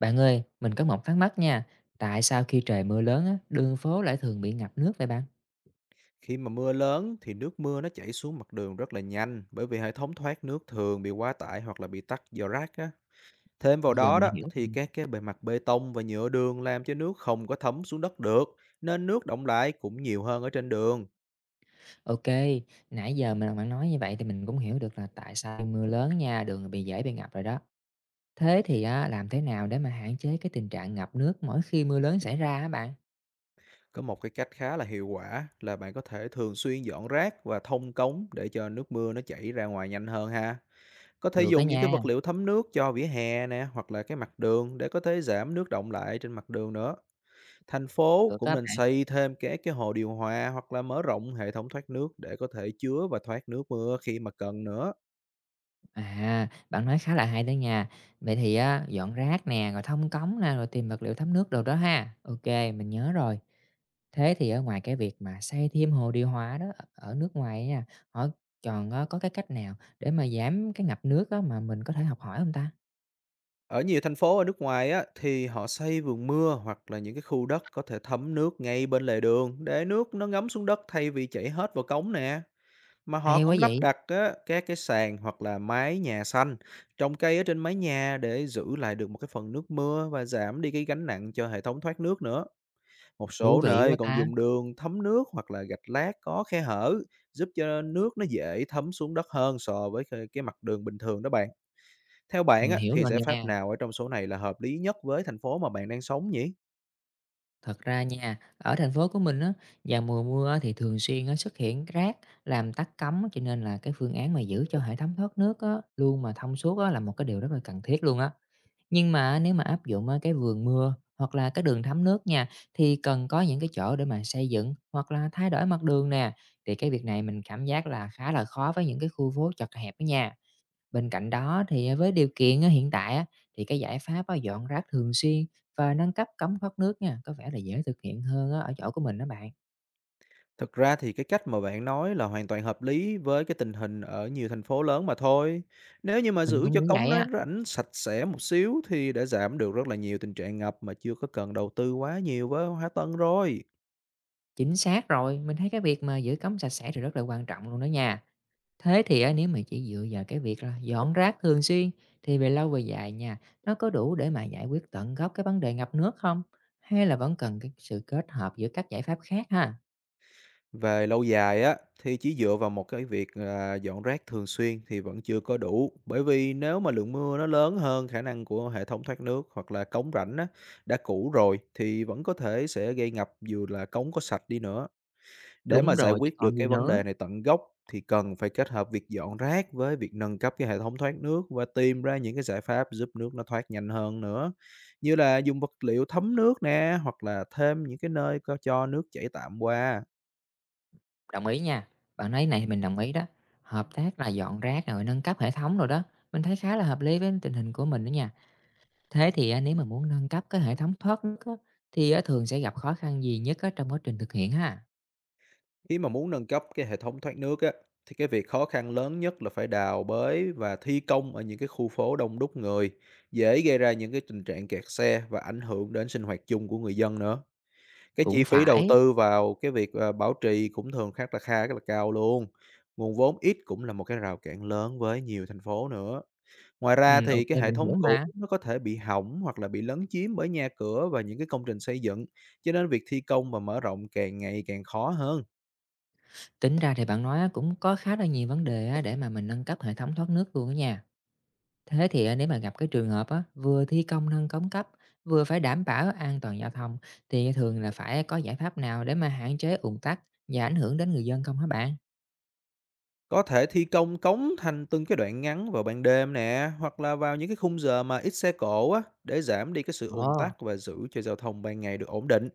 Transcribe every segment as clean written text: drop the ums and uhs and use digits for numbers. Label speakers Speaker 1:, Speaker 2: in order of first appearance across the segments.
Speaker 1: Bạn ơi, mình có một thắc mắc nha. Tại sao khi trời mưa lớn á, đường phố lại thường bị ngập nước vậy bạn?
Speaker 2: Khi mà mưa lớn thì nước mưa nó chảy xuống mặt đường rất là nhanh bởi vì hệ thống thoát nước thường bị quá tải hoặc là bị tắc do rác á. Thêm vào
Speaker 1: Bây giờ
Speaker 2: đó đó
Speaker 1: mình hiểu.
Speaker 2: thì các cái bề mặt bê tông và nhựa đường làm cho nước không có thấm xuống đất được nên nước đọng lại cũng nhiều hơn ở trên đường.
Speaker 1: Ok, nãy giờ mình bạn nói như vậy thì mình cũng hiểu được là tại sao mưa lớn nha, đường bị dễ bị ngập rồi đó. Thế thì á, làm thế nào để mà hạn chế cái tình trạng ngập nước mỗi khi mưa lớn xảy ra á bạn?
Speaker 2: Có một cái cách khá là hiệu quả là bạn có thể thường xuyên dọn rác và thông cống để cho nước mưa nó chảy ra ngoài nhanh hơn ha. Có thể
Speaker 1: Được đó
Speaker 2: dùng những cái
Speaker 1: nha,
Speaker 2: vật liệu thấm nước cho vỉa hè nè, hoặc là cái mặt đường để có thể giảm nước đọng lại trên mặt đường nữa. Thành phố
Speaker 1: được
Speaker 2: cũng
Speaker 1: á
Speaker 2: nên
Speaker 1: bạn.
Speaker 2: xây thêm các cái hồ điều hòa hoặc là mở rộng hệ thống thoát nước để có thể chứa và thoát nước mưa khi mà cần nữa.
Speaker 1: À, bạn nói khá là hay đó nha. Vậy thì á, dọn rác nè, rồi thông cống nè, rồi tìm vật liệu thấm nước đồ đó ha. Ok, mình nhớ rồi. Thế thì ở ngoài cái việc mà xây thêm hồ điều hòa đó ở ở nước ngoài ấy nha, họ còn có cái cách nào để mà giảm cái ngập nước á mà mình có thể học hỏi không ta?
Speaker 2: Ở nhiều thành phố ở nước ngoài á, thì họ xây vườn mưa hoặc là những cái khu đất có thể thấm nước ngay bên lề đường để nước nó ngấm xuống đất thay vì chảy hết vào cống nè. Mà họ
Speaker 1: Hay quá
Speaker 2: cũng lắp
Speaker 1: vậy,
Speaker 2: đặt á, các cái sàn hoặc là mái nhà xanh, trồng cây ở trên mái nhà để giữ lại được một cái phần nước mưa và giảm đi cái gánh nặng cho hệ thống thoát nước nữa. Một
Speaker 1: thú
Speaker 2: số
Speaker 1: vị
Speaker 2: nơi
Speaker 1: quá
Speaker 2: còn
Speaker 1: ta.
Speaker 2: dùng đường thấm nước hoặc là gạch lát có khe hở, giúp cho nước nó dễ thấm xuống đất hơn so với cái mặt đường bình thường đó bạn. Theo bạn
Speaker 1: Mình
Speaker 2: á,
Speaker 1: hiểu
Speaker 2: thì
Speaker 1: rồi
Speaker 2: giải pháp
Speaker 1: nè.
Speaker 2: nào ở trong số này là hợp lý nhất với thành phố mà bạn đang sống nhỉ?
Speaker 1: Thật ra nha, ở thành phố của mình á, vào mùa mưa á, thì thường xuyên á, xuất hiện rác làm tắc cống á, cho nên là cái phương án mà giữ cho hệ thống thoát nước á, luôn mà thông suốt á, là một cái điều rất là cần thiết luôn á. Nhưng mà nếu mà áp dụng á, cái vườn mưa hoặc là cái đường thấm nước nha thì cần có những cái chỗ để mà xây dựng hoặc là thay đổi mặt đường nè thì cái việc này mình cảm giác là khá là khó với những cái khu phố chật hẹp đó nha. Bên cạnh đó thì, à, với điều kiện á hiện tại á, thì cái giải pháp á dọn rác thường xuyên và nâng cấp cống thoát nước nha, có vẻ là dễ thực hiện hơn á ở chỗ của mình đó bạn.
Speaker 2: Thực ra thì cái cách mà bạn nói là hoàn toàn hợp lý với cái tình hình ở nhiều thành phố lớn mà thôi. Nếu như mà
Speaker 1: Mình
Speaker 2: giữ
Speaker 1: cũng
Speaker 2: cho
Speaker 1: nghĩ
Speaker 2: cống
Speaker 1: vậy
Speaker 2: nó
Speaker 1: á,
Speaker 2: rãnh sạch sẽ một xíu thì đã giảm được rất là nhiều tình trạng ngập mà chưa có cần đầu tư quá nhiều với hóa tân rồi.
Speaker 1: chính xác rồi, mình thấy cái việc mà giữ cống sạch sẽ thì rất là quan trọng luôn đó nha. Thế thì á, nếu mà chỉ dựa vào cái việc là dọn rác thường xuyên thì về lâu về dài nha, nó có đủ để mà giải quyết tận gốc cái vấn đề ngập nước không? Hay là vẫn cần cái sự kết hợp giữa các giải pháp khác ha?
Speaker 2: Về lâu dài á, thì chỉ dựa vào một cái việc là dọn rác thường xuyên thì vẫn chưa có đủ, bởi vì nếu mà lượng mưa nó lớn hơn khả năng của hệ thống thoát nước hoặc là cống rãnh á, đã cũ rồi thì vẫn có thể sẽ gây ngập dù là cống có sạch đi nữa. Để mà
Speaker 1: Đúng
Speaker 2: giải
Speaker 1: rồi, chứ
Speaker 2: quyết được
Speaker 1: còn gì
Speaker 2: cái vấn đề
Speaker 1: nữa.
Speaker 2: này tận gốc thì cần phải kết hợp việc dọn rác với việc nâng cấp cái hệ thống thoát nước và tìm ra những cái giải pháp giúp nước nó thoát nhanh hơn nữa. Như là dùng vật liệu thấm nước nè, hoặc là thêm những cái nơi có cho nước chảy tạm qua.
Speaker 1: Đồng ý nha. Bạn nói này thì mình đồng ý đó. Hợp tác là dọn rác rồi nâng cấp hệ thống rồi đó. Mình thấy khá là hợp lý với tình hình của mình đó nha. Thế thì à, nếu mà muốn nâng cấp cái hệ thống thoát nước á, thì à, thường sẽ gặp khó khăn gì nhất á, trong quá trình thực hiện ha?
Speaker 2: Khi mà muốn nâng cấp cái hệ thống thoát nước á, thì cái việc khó khăn lớn nhất là phải đào bới và thi công ở những cái khu phố đông đúc người, dễ gây ra những cái tình trạng kẹt xe và ảnh hưởng đến sinh hoạt chung của người dân nữa. Cái
Speaker 1: Cũng
Speaker 2: chi phí đầu
Speaker 1: phải.
Speaker 2: tư vào cái việc bảo trì cũng thường khá là cao luôn. Nguồn vốn ít cũng là một cái rào cản lớn với nhiều thành phố nữa. Ngoài
Speaker 1: Ừ,
Speaker 2: ra thì
Speaker 1: ok,
Speaker 2: cái hệ
Speaker 1: mình hiểu
Speaker 2: thống cũ
Speaker 1: mà.
Speaker 2: nó có thể bị hỏng hoặc là bị lấn chiếm bởi nhà cửa và những cái công trình xây dựng, cho nên việc thi công và mở rộng càng ngày càng khó hơn.
Speaker 1: Tính ra thì bạn nói á, cũng có khá là nhiều vấn đề á, để mà mình nâng cấp hệ thống thoát nước luôn đó nha. Thế thì á, nếu mà gặp cái trường hợp á, vừa thi công nâng cống cấp, vừa phải đảm bảo an toàn giao thông thì thường là phải có giải pháp nào để mà hạn chế ùn tắc và ảnh hưởng đến người dân không hả bạn?
Speaker 2: Có thể thi công cống thành từng cái đoạn ngắn vào ban đêm nè, hoặc là vào những cái khung giờ mà ít xe cộ á, để giảm đi cái sự
Speaker 1: Ồ,
Speaker 2: ùn tắc và giữ cho giao thông ban ngày được ổn định.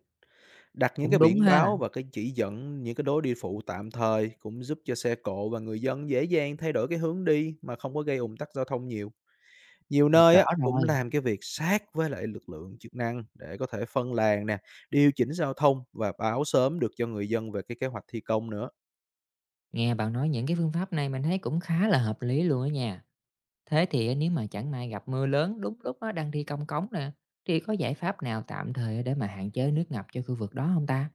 Speaker 2: Đặt những
Speaker 1: cũng
Speaker 2: cái
Speaker 1: đúng
Speaker 2: biển
Speaker 1: ha.
Speaker 2: báo và cái chỉ dẫn những cái lối đi phụ tạm thời cũng giúp cho xe cộ và người dân dễ dàng thay đổi cái hướng đi mà không có gây ùn tắc giao thông nhiều. Nhiều
Speaker 1: Ừ,
Speaker 2: nơi
Speaker 1: rõ
Speaker 2: á, cũng
Speaker 1: rồi.
Speaker 2: làm cái việc sát với lại lực lượng chức năng để có thể phân làn nè, điều chỉnh giao thông và báo sớm được cho người dân về cái kế hoạch thi công nữa.
Speaker 1: Nghe bạn nói những cái phương pháp này mình thấy cũng khá là hợp lý luôn á nha. Thế thì á, nếu mà chẳng may gặp mưa lớn đúng lúc á, đang thi công cống nè, thì có giải pháp nào tạm thời để mà hạn chế nước ngập cho khu vực đó không ta?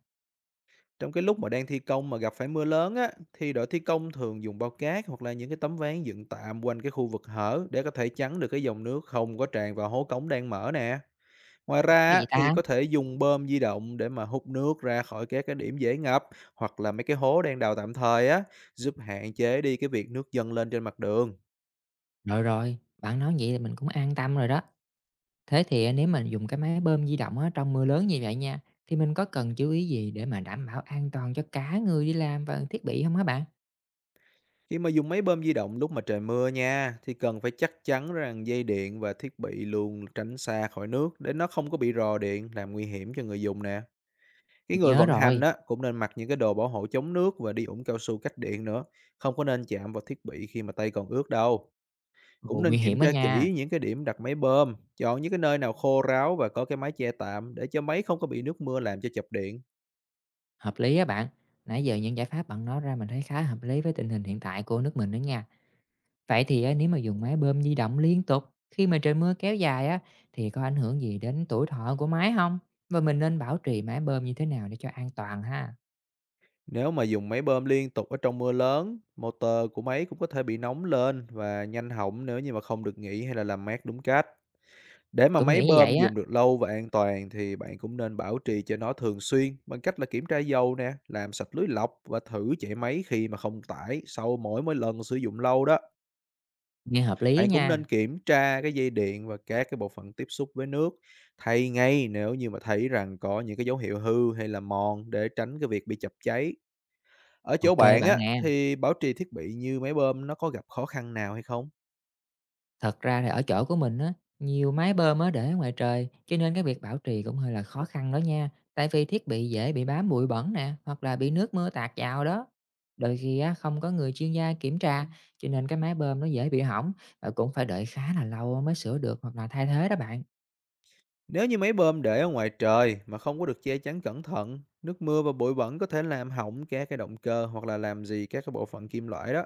Speaker 2: Trong cái lúc mà đang thi công mà gặp phải mưa lớn á, thì đội thi công thường dùng bao cát hoặc là những cái tấm ván dựng tạm quanh cái khu vực hở để có thể chắn được cái dòng nước không có tràn vào hố cống đang mở nè. Ngoài ra
Speaker 1: Cái gì
Speaker 2: á, thì
Speaker 1: ta?
Speaker 2: có thể dùng bơm di động để mà hút nước ra khỏi các cái điểm dễ ngập hoặc là mấy cái hố đang đào tạm thời á, giúp hạn chế đi cái việc nước dâng lên trên mặt đường.
Speaker 1: Rồi rồi, bạn nói vậy thì mình cũng an tâm rồi đó. Thế thì nếu mình dùng cái máy bơm di động á, trong mưa lớn như vậy nha, thì mình có cần chú ý gì để mà đảm bảo an toàn cho cả người đi làm và thiết bị không hả bạn?
Speaker 2: Khi mà dùng máy bơm di động lúc mà trời mưa nha, thì cần phải chắc chắn rằng dây điện và thiết bị luôn tránh xa khỏi nước để nó không có bị rò điện làm nguy hiểm cho người dùng nè. Cái
Speaker 1: Mình
Speaker 2: người
Speaker 1: nhớ
Speaker 2: vận hành
Speaker 1: rồi,
Speaker 2: á, cũng nên mặc những cái đồ bảo hộ chống nước và đi ủng cao su cách điện nữa, không có nên chạm vào thiết bị khi mà tay còn ướt đâu. Cũng
Speaker 1: ồ,
Speaker 2: nên
Speaker 1: nguy
Speaker 2: kiểm
Speaker 1: hiểm đó
Speaker 2: tra
Speaker 1: nha,
Speaker 2: kỹ những cái điểm đặt máy bơm, chọn những cái nơi nào khô ráo và có cái mái che tạm để cho máy không có bị nước mưa làm cho chập điện.
Speaker 1: hợp lý á bạn. Nãy giờ những giải pháp bạn nói ra mình thấy khá hợp lý với tình hình hiện tại của nước mình đó nha. Vậy thì á, nếu mà dùng máy bơm di động liên tục khi mà trời mưa kéo dài á, thì có ảnh hưởng gì đến tuổi thọ của máy không? Và mình nên bảo trì máy bơm như thế nào để cho an toàn ha?
Speaker 2: Nếu mà dùng máy bơm liên tục ở trong mưa lớn, motor của máy cũng có thể bị nóng lên và nhanh hỏng nếu như mà không được nghỉ hay là làm mát đúng cách. Để mà
Speaker 1: Cũng
Speaker 2: máy
Speaker 1: nghĩ như vậy
Speaker 2: bơm
Speaker 1: á,
Speaker 2: dùng được lâu và an toàn thì bạn cũng nên bảo trì cho nó thường xuyên bằng cách là kiểm tra dầu nè, làm sạch lưới lọc và thử chạy máy khi mà không tải sau mỗi mỗi lần sử dụng lâu đó.
Speaker 1: nghe hợp lý á
Speaker 2: Bạn cũng nên
Speaker 1: nha.
Speaker 2: kiểm tra cái dây điện và các cái bộ phận tiếp xúc với nước, thay ngay nếu như mà thấy rằng có những cái dấu hiệu hư hay là mòn để tránh cái việc bị chập cháy. Ở chỗ
Speaker 1: Ok
Speaker 2: bạn
Speaker 1: bạn
Speaker 2: á
Speaker 1: nè.
Speaker 2: thì bảo trì thiết bị như máy bơm nó có gặp khó khăn nào hay không?
Speaker 1: Thật ra thì ở chỗ của mình á, nhiều máy bơm á để ở ngoài trời, cho nên cái việc bảo trì cũng hơi là khó khăn đó nha. Tại vì thiết bị dễ bị bám bụi bẩn nè, hoặc là bị nước mưa tạt vào đó. Đôi khi á, không có người chuyên gia kiểm tra, cho nên cái máy bơm nó dễ bị hỏng và cũng phải đợi khá là lâu mới sửa được hoặc là thay thế đó bạn.
Speaker 2: Nếu như máy bơm để ở ngoài trời mà không có được che chắn cẩn thận, nước mưa và bụi bẩn có thể làm hỏng các cái động cơ hoặc là làm gì các cái bộ phận kim loại đó.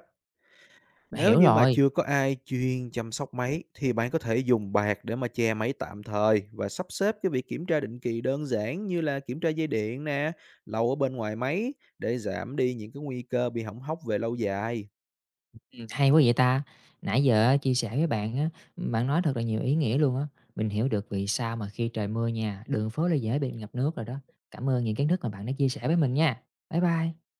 Speaker 2: Nếu
Speaker 1: Hiểu
Speaker 2: như mà
Speaker 1: rồi.
Speaker 2: chưa có ai chuyên chăm sóc máy thì bạn có thể dùng bạt để mà che máy tạm thời và sắp xếp cái việc kiểm tra định kỳ đơn giản như là kiểm tra dây điện nè, lầu ở bên ngoài máy để giảm đi những cái nguy cơ bị hỏng hóc về lâu dài.
Speaker 1: Hay quá vậy ta! Nãy giờ á, chia sẻ với bạn á, bạn nói thật là nhiều ý nghĩa luôn á. Mình hiểu được vì sao mà khi trời mưa nha, đường phố lại dễ bị ngập nước rồi đó. Cảm ơn những kiến thức mà bạn đã chia sẻ với mình nha. Bye bye.